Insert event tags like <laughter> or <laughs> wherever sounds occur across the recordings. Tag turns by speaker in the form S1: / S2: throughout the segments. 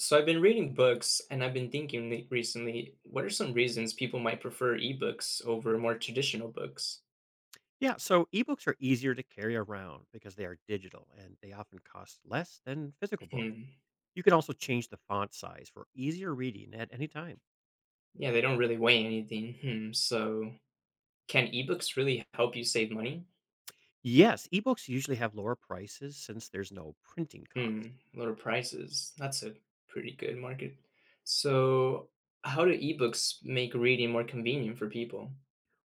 S1: So I've been reading books and I've been thinking recently, what are some reasons people might prefer ebooks over more traditional books?
S2: Yeah, so ebooks are easier to carry around because they are digital and they often cost less than physical books.
S1: Hmm.
S2: You can also change the font size for easier reading at any time.
S1: Yeah, they don't really weigh anything. Hmm. So can ebooks really help you save money?
S2: Yes, ebooks usually have lower prices since there's no printing cost.
S1: Hmm. Lower prices. That's a pretty good market. So how do ebooks make reading more convenient for people?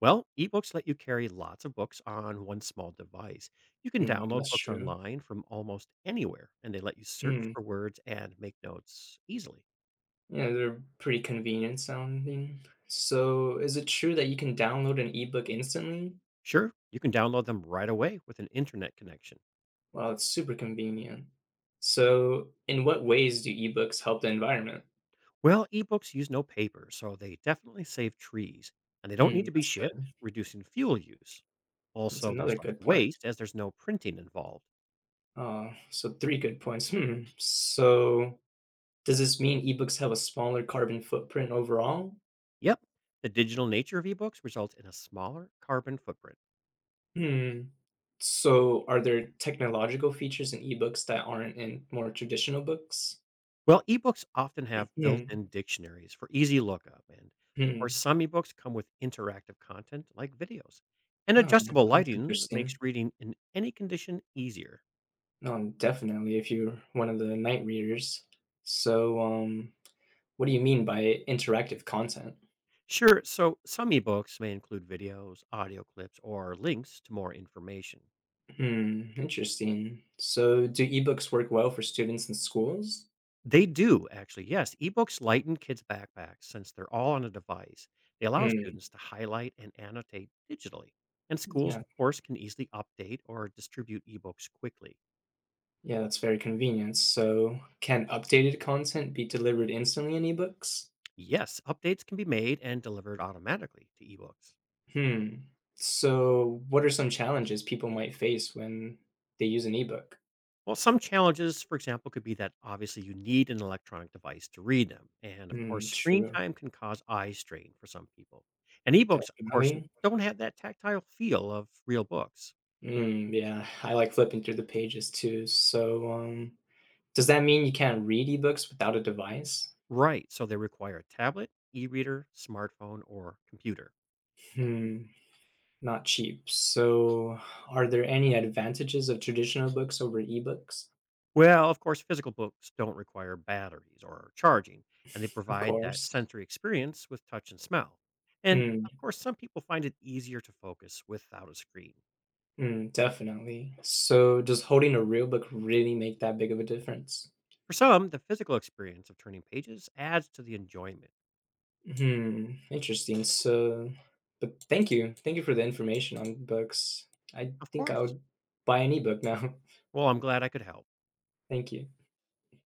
S2: Well, ebooks let you carry lots of books on one small device. You can
S1: Hmm.
S2: download
S1: That's
S2: books
S1: true.
S2: online from almost anywhere, and they let you search
S1: Hmm.
S2: for words and make notes easily.
S1: Yeah, they're pretty convenient sounding. So is it true that you can download an ebook instantly?
S2: Sure, you can download them right away with an internet connection.
S1: Wow, it's super convenient. So, in what ways do ebooks help the environment?
S2: Well, ebooks use no paper, so they definitely save trees, and they don't need
S1: Hmm,
S2: to be
S1: that's
S2: shipped,
S1: good.
S2: reducing fuel use.
S1: That's
S2: Also, there's
S1: another
S2: less
S1: good point.
S2: waste as there's no printing involved.
S1: So three good points. Hmm. So, does this mean ebooks have a smaller carbon footprint overall?
S2: Yep, the digital nature of ebooks results in a smaller carbon footprint.
S1: Hmm. So, are there technological features in ebooks that aren't in more traditional books?
S2: Well, ebooks often have built
S1: Hmm.
S2: in dictionaries for easy lookup, and of
S1: Hmm.
S2: course, some ebooks come with interactive content like videos. And
S1: Oh,
S2: adjustable
S1: that's
S2: lighting makes
S1: interesting.
S2: reading in any condition easier.
S1: Definitely, if you're one of the night readers. So, what do you mean by interactive content?
S2: Sure. So some ebooks may include videos, audio clips, or links to more information.
S1: Hmm, interesting. So do ebooks work well for students in schools?
S2: They do actually. Yes, ebooks lighten kids' backpacks since they're all on a device. They allow
S1: Mm,
S2: students to highlight and annotate digitally. And schools,
S1: yeah.
S2: of course, can easily update or distribute ebooks quickly.
S1: Yeah, that's very convenient. So can updated content be delivered instantly in ebooks?
S2: Yes, updates can be made and delivered automatically to ebooks.
S1: Hmm. So what are some challenges people might face when they use an ebook?
S2: Well, some challenges, for example, could be that obviously you need an electronic device to read them. And of course,
S1: Hmm,
S2: screen
S1: true.
S2: time can cause eye strain for some people. And ebooks, of course,
S1: Definitely.
S2: don't have that tactile feel of real books.
S1: Mm, yeah, I like flipping through the pages too. So, does that mean you can't read ebooks without a device?
S2: Right. So they require a tablet, e reader, smartphone, or computer.
S1: Hmm. Not cheap. So, are there any advantages of traditional books over ebooks?
S2: Well, of course, physical books don't require batteries or charging, and they
S1: Of
S2: provide that
S1: course.
S2: sensory experience with touch and smell. And
S1: Mm,
S2: of course, some people find it easier to focus without a screen.
S1: mm, definitely. So, does holding a real book really make that big of a difference?
S2: For some, the physical experience of turning pages adds to the enjoyment.
S1: Hmm, interesting. So, but thank you. Thank you for the information on books. I
S2: Of
S1: think I
S2: course.
S1: would buy an ebook now.
S2: Well, I'm glad I could help.
S1: <laughs> Thank you.